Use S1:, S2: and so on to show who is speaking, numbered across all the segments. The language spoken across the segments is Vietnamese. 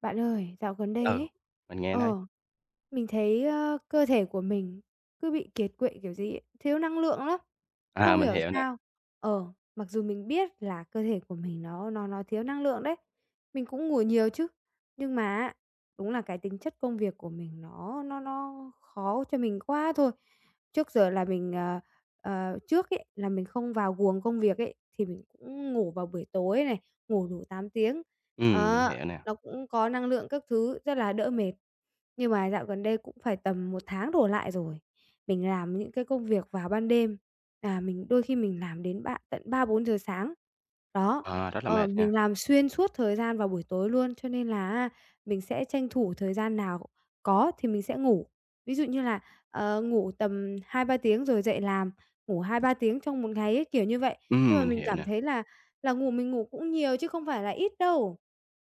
S1: Bạn ơi, dạo gần đây
S2: Ừ,
S1: ấy,
S2: mình nghe thấy.
S1: ờ, mình thấy, cơ thể của mình cứ bị kiệt quệ, kiểu gì ấy, thiếu năng lượng lắm, không
S2: À, mình
S1: hiểu
S2: hiểu nè,
S1: sao. Ờ, Mặc dù mình biết là cơ thể của mình nó thiếu năng lượng đấy, mình cũng ngủ nhiều chứ, nhưng mà á, đúng là cái tính chất công việc của mình nó khó cho mình quá thôi. Trước giờ là mình, trước ấy, là mình không vào guồng công việc ấy, thì mình cũng ngủ vào buổi tối này, ngủ đủ 8 tiếng.
S2: mình
S1: Ờ.
S2: hiểu nè,
S1: Nó cũng có năng lượng các thứ, rất là đỡ mệt. Nhưng mà dạo gần đây cũng phải tầm một tháng đổ lại rồi, mình làm những cái công việc vào ban đêm, là mình đôi khi mình làm đến ba tận 3:00-4:00 sáng. Đó,
S2: rất là mệt nha.
S1: mình làm xuyên suốt thời gian vào buổi tối luôn, cho nên là mình sẽ tranh thủ thời gian nào có thì mình sẽ ngủ. Ví dụ như là, ngủ tầm hai ba tiếng rồi dậy làm, ngủ hai ba tiếng trong một ngày ấy, kiểu như vậy. Nhưng mà
S2: Mình
S1: mình
S2: hiểu
S1: cảm
S2: nè,
S1: thấy là ngủ mình ngủ cũng nhiều chứ không phải là ít đâu.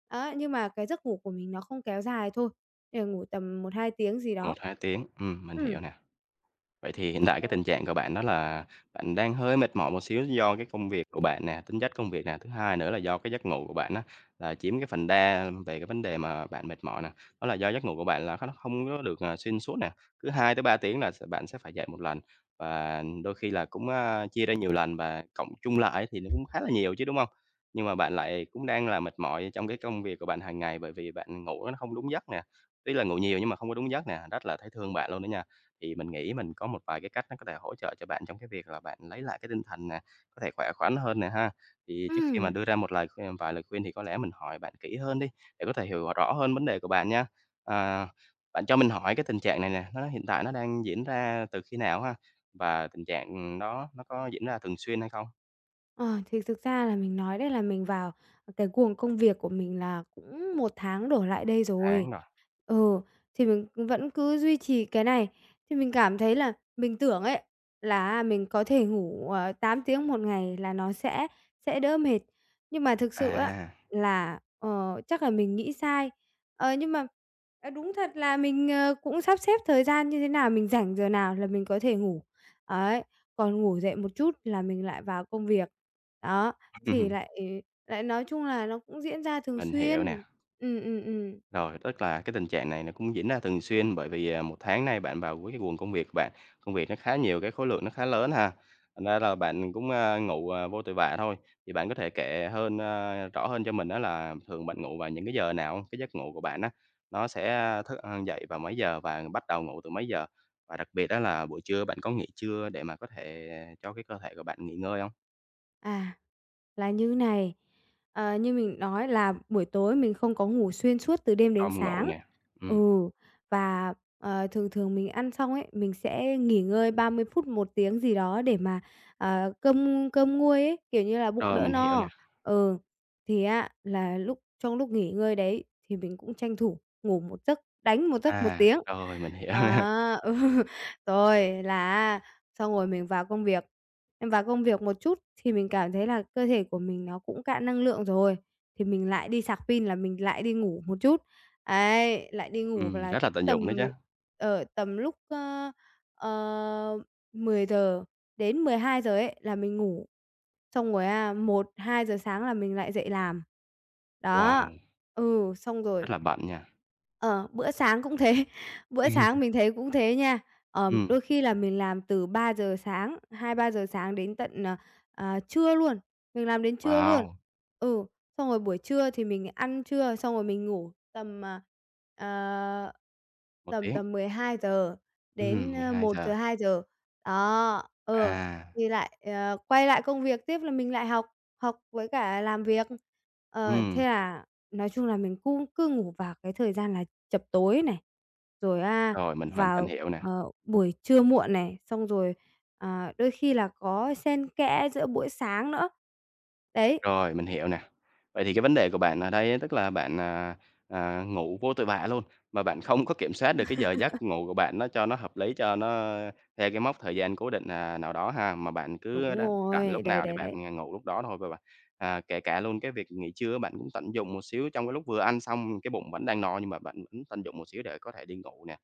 S1: Á, nhưng mà cái giấc ngủ của mình nó không kéo dài thôi để ngủ tầm một hai tiếng gì đó.
S2: một 2 tiếng, mình hiểu
S1: Ừm,
S2: nè. Vậy thì hiện tại cái
S1: đấy.
S2: tình trạng của bạn đó là bạn đang hơi mệt mỏi một xíu do cái công việc của bạn nè, tính chất công việc nè, thứ hai nữa là do cái giấc ngủ của bạn đó là chiếm cái phần đa về cái vấn đề mà bạn mệt mỏi nè. Đó là do giấc ngủ của bạn là nó không có được, xuyên suốt nè, cứ hai tới ba tiếng là bạn sẽ phải dậy một lần và đôi khi là cũng, chia ra nhiều lần và cộng chung lại thì nó cũng khá là nhiều chứ, đúng không? Nhưng mà bạn lại cũng đang là mệt mỏi trong cái công việc của bạn hàng ngày bởi vì bạn ngủ nó không đúng giấc nè, tuy là ngủ nhiều nhưng mà không có đúng giấc nè, rất là thấy thương bạn luôn đó nha. Thì mình nghĩ mình có một vài cái cách nó có thể hỗ trợ cho bạn trong cái việc là bạn lấy lại cái tinh thần nè, có thể khỏe khoắn hơn nè ha. Thì trước khi mà
S1: Ừm,
S2: đưa ra một lời khuyên vài lời khuyên thì có lẽ mình hỏi bạn kỹ hơn đi, để có thể hiểu rõ hơn vấn đề của bạn nha. À, bạn cho mình hỏi cái tình trạng này nè, nó hiện tại nó đang diễn ra từ khi nào ha? Và tình trạng, đó nó có diễn ra thường xuyên hay không?
S1: Ờ, thì thực ra là mình nói đấy là mình vào cái guồng công việc của mình là cũng một tháng đổ lại đây rồi.
S2: Tháng rồi.
S1: Ừ, thì mình cũng vẫn cứ duy trì cái này, thì mình cảm thấy là mình tưởng ấy, là mình có thể ngủ, 8 tiếng một ngày là nó sẽ đỡ mệt. Nhưng mà thực sự á
S2: À,
S1: là, ờ, chắc là mình nghĩ sai. Ờ, nhưng mà, đúng thật là mình, cũng sắp xếp thời gian như thế nào, mình rảnh giờ nào là mình có thể ngủ. Ấy, còn ngủ dậy một chút là mình lại vào công việc. Đó, thì lại lại nói chung là nó cũng diễn ra thường
S2: mình hiểu nè.
S1: xuyên. Ừm, ừm, ừm.
S2: Rồi, tức là cái tình trạng này nó cũng diễn ra thường xuyên bởi vì, 1 tháng nay bạn vào với cái guồng công việc của bạn, công việc nó khá nhiều, cái khối lượng nó khá lớn ha, thành ra là bạn cũng, ngủ, vô tội vạ thôi. Thì bạn có thể kể hơn, rõ hơn cho mình đó là thường bạn ngủ vào những cái giờ nào hông? Cái giấc ngủ của bạn á, nó sẽ thức dậy vào mấy giờ và bắt đầu ngủ từ mấy giờ? Và đặc biệt đó là buổi trưa bạn có nghỉ trưa để mà có thể cho cái cơ thể của bạn nghỉ ngơi không?
S1: À, là như này, như mình nói là buổi tối mình không có ngủ xuyên suốt từ đêm đến
S2: Không ngủ
S1: sáng.
S2: nè, ừm,
S1: Ừ, và, thường thường mình ăn xong ấy, mình sẽ nghỉ ngơi 30 phút, một tiếng gì đó để mà, cơm cơm nguôi ấy, kiểu như là, bụng
S2: rồi
S1: đỡ
S2: mình hiểu nè,
S1: no. Ừ, thì á là trong lúc nghỉ ngơi đấy thì mình cũng tranh thủ ngủ một giấc, đánh một giấc một
S2: à,
S1: tiếng.
S2: rồi mình hiểu nè,
S1: À, ừ, rồi là xong rồi mình vào công việc, em vào công việc một chút thì mình cảm thấy là cơ thể của mình nó cũng cạn năng lượng rồi, thì mình lại đi sạc pin là mình lại đi ngủ một chút. Ấy, lại đi ngủ và là
S2: rất là tận
S1: tầm
S2: dụng đó chứ.
S1: ở tầm lúc, ơ, ờ, 10:00 đến mười hai giờ ấy là mình ngủ, xong rồi à một hai giờ sáng là mình lại dậy làm. Đó,
S2: Wow,
S1: ừ, xong rồi
S2: rất là bận nha.
S1: Ờ, bữa sáng cũng thế, bữa sáng mình thấy cũng thế nha. Ờ,
S2: Ừm,
S1: đôi khi là mình làm từ ba giờ sáng, hai ba giờ sáng đến tận trưa luôn, mình làm đến trưa luôn.
S2: wow,
S1: Ừ, xong rồi buổi trưa thì mình ăn trưa, xong rồi mình ngủ tầm, à, ờ,
S2: một
S1: tầm
S2: tiếng,
S1: tầm mười hai giờ đến,
S2: mười
S1: à,
S2: hai
S1: một giờ
S2: giờ.
S1: hai giờ. Đó, ờ,
S2: À,
S1: thì lại, quay lại công việc tiếp là mình lại học, học với cả làm việc. Ờ,
S2: ừm,
S1: thế là nói chung là mình cũng cứ ngủ vào cái thời gian là chập tối này, rồi, a,
S2: rồi, mình hoàn toàn
S1: vào,
S2: hiểu nè.
S1: buổi trưa muộn này, xong rồi, à, đôi khi là có xen kẽ giữa buổi sáng nữa. Đấy,
S2: Rồi, mình hiểu nè. Vậy thì cái vấn đề của bạn ở đây á, tức là bạn, ngủ vô tội vạ luôn, mà bạn không có kiểm soát được cái giờ giấc ngủ của bạn nó cho nó hợp lý, cho nó theo cái mốc thời gian cố định, nào đó ha, mà bạn cứ
S1: đúng
S2: đa rảnh
S1: rồi,
S2: lúc
S1: đấy,
S2: nào thì
S1: đấy,
S2: bạn,
S1: đấy.
S2: ngủ lúc đó thôi và bạn kể cả luôn cái việc nghỉ trưa bạn cũng tận dụng một xíu trong cái lúc vừa ăn xong, cái bụng vẫn đang no nhưng mà bạn vẫn tận dụng một xíu để có thể đi ngủ nè.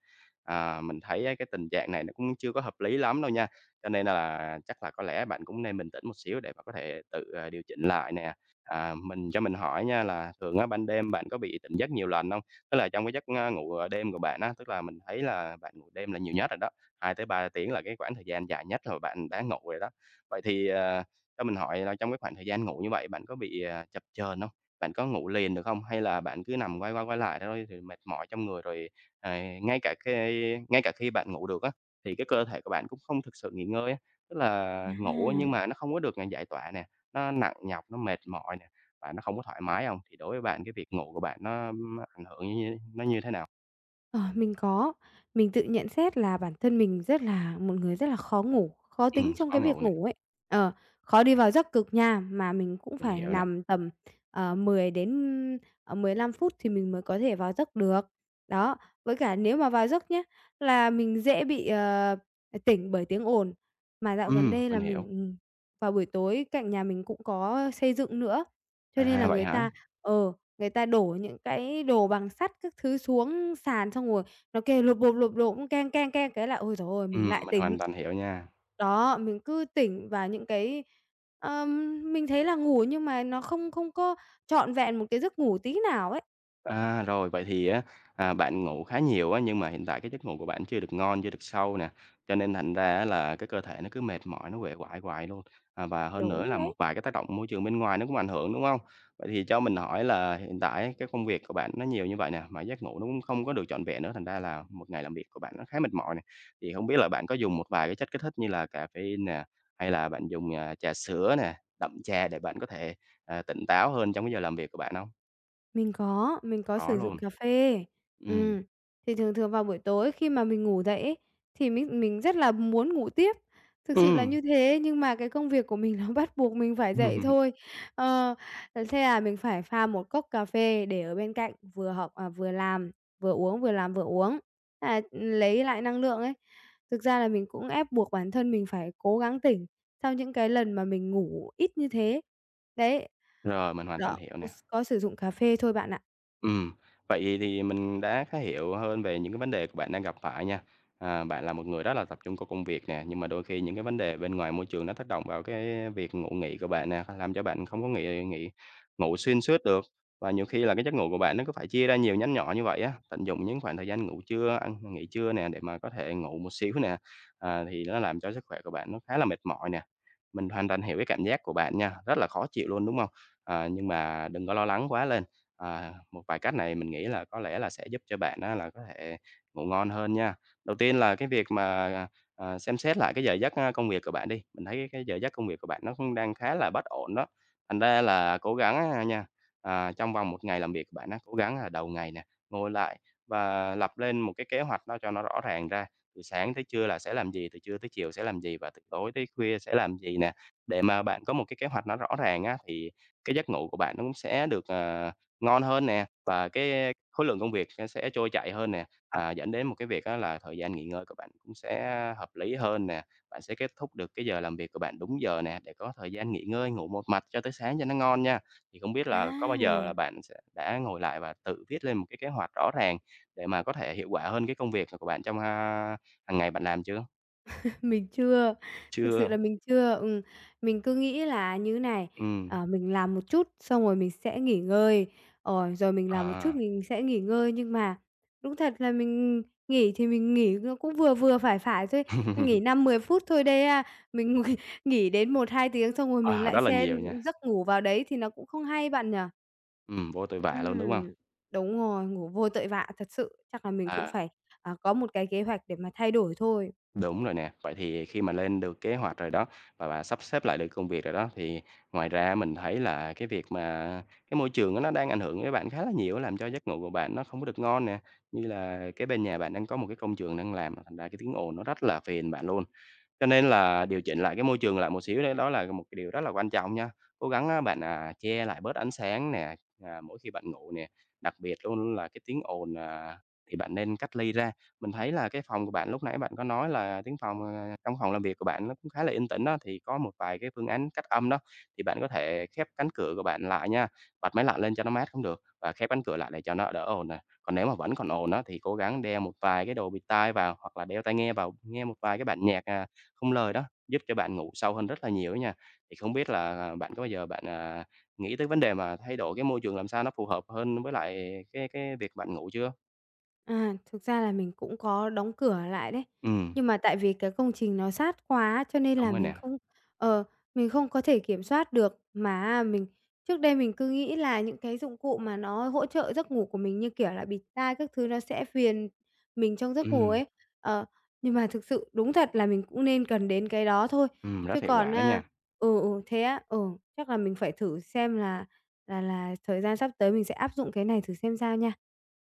S2: Mình thấy á, cái tình trạng này nó cũng chưa có hợp lý lắm đâu nha. Cho nên là chắc là có lẽ bạn cũng nên bình tĩnh một xíu để mà có thể tự, điều chỉnh lại nè. Mình cho mình hỏi nha là thường á ban đêm bạn có bị tỉnh giấc nhiều lần không? Tức là trong cái giấc, ngủ, đêm của bạn á, tức là mình thấy là bạn ngủ đêm là nhiều nhất rồi đó, hai tới ba tiếng là cái khoảng thời gian dài nhất rồi bạn đã ngủ rồi đó. Vậy thì, cho mình hỏi là trong cái khoảng thời gian ngủ như vậy bạn có bị, chập chờn không? Bạn có ngủ liền được không? Hay là bạn cứ nằm quay qua quay lại thôi thì mệt mỏi trong người rồi, ờ, ngay cả khi ngay cả khi bạn ngủ được á, thì cái cơ thể của bạn cũng không thực sự nghỉ ngơi á. Tức là ngủ á, nhưng
S1: À.
S2: mà nó không có được, giải tỏa nè, nó nặng nhọc, nó mệt mỏi nè, và nó không có thoải mái hông? Thì đối với bạn cái việc ngủ của bạn nó, ảnh hưởng như nó như thế nào?
S1: Ờ, mình có. Mình tự nhận xét là bản thân mình rất là một người rất là khó ngủ, khó tính trong
S2: Khó
S1: cái việc
S2: ngủ nè,
S1: ngủ ấy. Ờ, khó đi vào giấc cực nha, mà mình cũng
S2: mình
S1: phải
S2: hiểu nè.
S1: nằm tầm 10 đến, 15 phút thì mình mới có thể vào giấc được. Đó, với cả nếu mà vào giấc nhé là mình dễ bị tỉnh bởi tiếng ồn. Mà dạo gần đây là
S2: Mình
S1: mình
S2: hiểu.
S1: ừm, vào buổi tối cạnh nhà mình cũng có xây dựng nữa, cho nên là
S2: À, vậy
S1: người
S2: hả?
S1: ta ờ. Người ta đổ những cái đồ bằng sắt các thứ xuống sàn, xong rồi nó kêu lộp bộp, keng, keng, keng, cái là ôi giời ơi, mình lại
S2: Mình
S1: tỉnh.
S2: hoàn toàn hiểu nha.
S1: Đó, mình cứ tỉnh và những cái mình thấy là ngủ nhưng mà nó không không có trọn vẹn một cái giấc ngủ tí nào ấy.
S2: Rồi, vậy thì á, bạn ngủ khá nhiều á, nhưng mà hiện tại cái giấc ngủ của bạn chưa được ngon, chưa được sâu nè, cho nên thành ra á là cái cơ thể nó cứ mệt mỏi, nó uể oải hoài luôn. Và hơn nữa
S1: Đúng
S2: là một
S1: đấy.
S2: vài cái tác động môi trường bên ngoài nó cũng ảnh hưởng, đúng không? Vậy thì cho mình hỏi là hiện tại cái công việc của bạn nó nhiều như vậy nè, mà giấc ngủ nó cũng không có được trọn vẹn nữa, thành ra là một ngày làm việc của bạn nó khá mệt mỏi nè. Thì không biết là bạn có dùng một vài cái chất kích thích như là caffeine nè, hay là bạn dùng, trà sữa nè, đậm trà để bạn có thể, tỉnh táo hơn trong cái giờ làm việc của bạn không?
S1: Mình có
S2: Có
S1: sử dụng
S2: luôn.
S1: cà phê.
S2: Ừm,
S1: Ừm, thì thường thường vào buổi tối khi mà mình ngủ dậy ấy, thì mình rất là muốn ngủ tiếp, thực sự là
S2: ừm,
S1: như thế, nhưng mà cái công việc của mình nó bắt buộc mình phải dậy thôi. Ờ, ờ, thế là mình phải pha một cốc cà phê để ở bên cạnh, vừa học à, vừa làm, vừa uống, vừa làm vừa uống, à, lấy lại năng lượng ấy. Thực ra là mình cũng ép buộc bản thân mình phải cố gắng tỉnh sau những cái lần mà mình ngủ ít như thế. Đấy.
S2: rồi, mình hoàn toàn
S1: Đó.
S2: hiểu
S1: Ôi,
S2: nè.
S1: có sử dụng cà phê thôi bạn ạ.
S2: Ừm, vậy thì mình đã khá hiểu hơn về những cái vấn đề của bạn đang gặp phải nha. Bạn là một người rất là tập trung vào công việc nè, nhưng mà đôi khi những cái vấn đề bên ngoài môi trường nó tác động vào cái việc ngủ nghỉ của bạn nè, làm cho bạn không có nghỉ nghỉ ngủ xuyên suốt được. Và nhiều khi là cái giấc ngủ của bạn nó cứ phải chia ra nhiều nhánh nhỏ như vậy á, tận dụng những khoảng thời gian ngủ trưa, ăn nghỉ trưa nè để mà có thể ngủ một xíu nè, thì nó làm cho sức khỏe của bạn nó khá là mệt mỏi nè. Mình hoàn toàn hiểu cái cảm giác của bạn nha, rất là khó chịu luôn, đúng không? Nhưng mà đừng có lo lắng quá lên. Ờ, một vài cách này mình nghĩ là có lẽ là sẽ giúp cho bạn á là có thể ngủ ngon hơn nha. Đầu tiên là cái việc mà, xem xét lại cái giờ giấc, công việc của bạn đi, mình thấy cái giờ giấc công việc của bạn nó cũng đang khá là bất ổn đó. Thành ra là cố gắng á nha, trong vòng một ngày làm việc của bạn á, cố gắng là đầu ngày nè, ngồi lại và lập lên một cái kế hoạch nó cho nó rõ ràng ra, từ sáng tới trưa là sẽ làm gì, từ trưa tới chiều sẽ làm gì và từ tối tới khuya sẽ làm gì nè. Để mà bạn có một cái kế hoạch nó rõ ràng á, thì cái giấc ngủ của bạn nó cũng sẽ được, ờ, ngon hơn nè, và cái khối lượng công việc nó sẽ trôi chảy hơn nè, dẫn đến một cái việc á là thời gian nghỉ ngơi của bạn cũng sẽ hợp lý hơn nè. Bạn sẽ kết thúc được cái giờ làm việc của bạn đúng giờ nè, để có thời gian nghỉ ngơi, ngủ một mạch cho tới sáng cho nó ngon nha. Thì không biết là có bao giờ là
S1: À!
S2: bạn sẽ đã ngồi lại và tự viết lên một cái kế hoạch rõ ràng để mà có thể hiệu quả hơn cái công việc của bạn trong, hàng ngày bạn làm chưa?
S1: Mình chưa, thực sự
S2: Chưa,
S1: là mình chưa, mình cứ nghĩ là như này,
S2: ừm,
S1: mình làm một chút xong rồi mình sẽ nghỉ ngơi, rồi mình làm một chút
S2: à.
S1: mình sẽ nghỉ ngơi. Nhưng mà đúng thật là mình nghỉ thì mình nghỉ nó cũng vừa vừa phải phải thôi, nghỉ năm mười phút thôi đấy a. Mình nghỉ đến một hai tiếng xong rồi mình
S2: À,
S1: lại
S2: rất là
S1: xen
S2: nhiều nha,
S1: giấc ngủ vào đấy thì nó cũng không hay bạn nhỉ?
S2: vô tội vạ luôn, đúng không?
S1: Ừm, đúng rồi, ngủ vô tội vạ thật sự. Chắc là mình cũng
S2: À.
S1: phải, à, có một cái kế hoạch để mà thay đổi thôi.
S2: Đúng rồi nè. Vậy thì khi mà lên được kế hoạch rồi đó, và bạn sắp xếp lại được công việc rồi đó, thì ngoài ra mình thấy là cái việc mà cái môi trường á nó đang ảnh hưởng với bạn khá là nhiều làm cho giấc ngủ của bạn nó không có được ngon nè. Như là cái bên nhà bạn đang có một cái công trường đang làm, thành ra cái tiếng ồn nó rất là phiền bạn luôn. Cho nên là điều chỉnh lại cái môi trường lại một xíu đấy, đó là một cái điều rất là quan trọng nha. Cố gắng á bạn, che lại bớt ánh sáng nè, mỗi khi bạn ngủ nè, đặc biệt luôn là cái tiếng ồn, thì bạn nên cách ly ra. Mình thấy là cái phòng của bạn lúc nãy bạn có nói là tiếng phòng, trong phòng làm việc của bạn nó cũng khá là yên tĩnh đó thì có một vài cái phương án cách âm đó, thì bạn có thể khép cánh cửa của bạn lại nha, bật máy lạnh lên cho nó mát cũng được và khép cánh cửa lại để cho nó đỡ ồn nè. Còn nếu mà vẫn còn ồn á, thì cố gắng đeo một vài cái đồ bịt tai vào hoặc là đeo tai nghe vào, nghe một vài cái bản nhạc, không lời đó, giúp cho bạn ngủ sâu hơn rất là nhiều á nha. Thì không biết là, bạn có bao giờ bạn, nghĩ tới vấn đề mà thay đổi cái môi trường làm sao nó phù hợp hơn với lại cái việc bạn ngủ chưa?
S1: À, thực ra là mình cũng có đóng cửa lại đấy.
S2: Ừ,
S1: Nhưng mà tại vì cái công trình nó sát quá cho nên
S2: đúng
S1: là
S2: rồi nè.
S1: ờ, mình không có thể kiểm soát được. Mà mình trước đây mình cứ nghĩ là những cái dụng cụ mà nó hỗ trợ giấc ngủ của mình như, kiểu là, bịt tai các thứ nó sẽ phiền mình trong giấc
S2: Ừ.
S1: ngủ ấy. Ờ, nhưng mà thực sự đúng thật là mình cũng nên cần đến cái đó thôi.
S2: Ừ, rất
S1: Chứ
S2: hiệu
S1: còn
S2: quả đó
S1: á
S2: nha.
S1: thế á, ừ, chắc là mình phải thử xem là là thời gian sắp tới mình sẽ áp dụng cái này thử xem sao nha.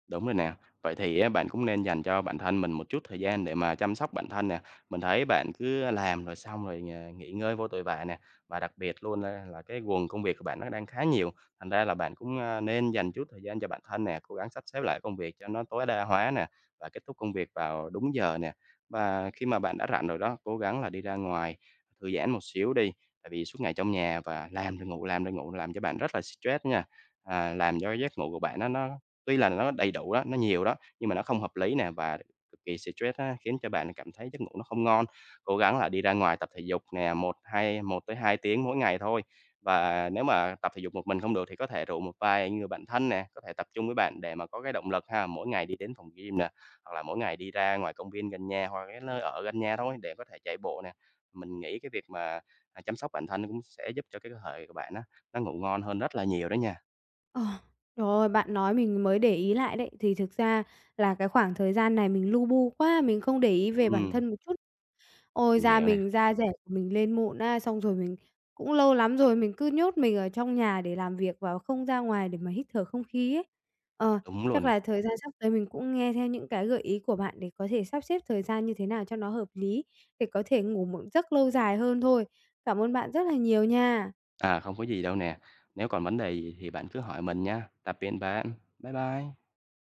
S2: Đúng rồi nè. Vậy thì á, bạn cũng nên dành cho bản thân mình một chút thời gian để mà chăm sóc bản thân nè. Mình thấy bạn cứ làm rồi xong rồi nghỉ nghỉ ngơi vô tội vạ nè. Và đặc biệt luôn á, là cái guồng công việc của bạn nó đang khá nhiều. Thành ra là bạn cũng à, nên dành chút thời gian cho bản thân nè, cố gắng sắp xếp lại công việc cho nó tối đa hóa nè và kết thúc công việc vào đúng giờ nè. Và khi mà bạn đã rảnh rồi đó, cố gắng là đi ra ngoài thư giãn một xíu đi. Tại vì suốt ngày trong nhà và làm rồi ngủ, làm rồi ngủ làm cho bạn rất là stress nha. Làm cho giấc ngủ của bạn nó tuy là nó đầy đủ đó, nó nhiều đó, nhưng mà nó không hợp lý nè và cực kỳ stress á, khiến cho bạn cảm thấy giấc ngủ nó không ngon. Cố gắng là đi ra ngoài tập thể dục nè, một tới hai tiếng mỗi ngày thôi. Và nếu mà tập thể dục một mình không được thì có thể rủ một vài người bạn thân nè, có thể tập trung với bạn để mà có cái động lực ha, mỗi ngày đi đến phòng gym nè, hoặc là mỗi ngày đi ra ngoài công viên gần nhà hoặc cái nơi ở gần nhà thôi để có thể chạy bộ nè. Mình nghĩ cái việc mà, chăm sóc bản thân cũng sẽ giúp cho cái cơ thể của bạn á, nó ngủ ngon hơn rất là nhiều đó nha.
S1: Ờ, trời ơi, bạn nói mình mới để ý lại đấy. Thì thực ra là cái khoảng thời gian này mình lu bu quá, mình không để ý về bản
S2: Ừm,
S1: thân một chút. Ôi,
S2: mình
S1: da
S2: hiểu nè,
S1: mình da dẻ của mình lên mụn á, xong rồi mình cũng lâu lắm rồi mình cứ nhốt mình ở trong nhà để làm việc và không ra ngoài để mà hít thở không khí ấy. Ờ,
S2: đúng
S1: chắc
S2: luôn nè.
S1: là thời gian sắp tới mình cũng nghe theo những cái gợi ý của bạn để có thể sắp xếp thời gian như thế nào cho nó hợp lý, để có thể ngủ một giấc lâu dài hơn thôi. Cảm ơn bạn rất là nhiều nha.
S2: Không có gì đâu nè. Nếu còn vấn đề gì thì bạn cứ hỏi mình nha. Tạm biệt bạn. Bye bye.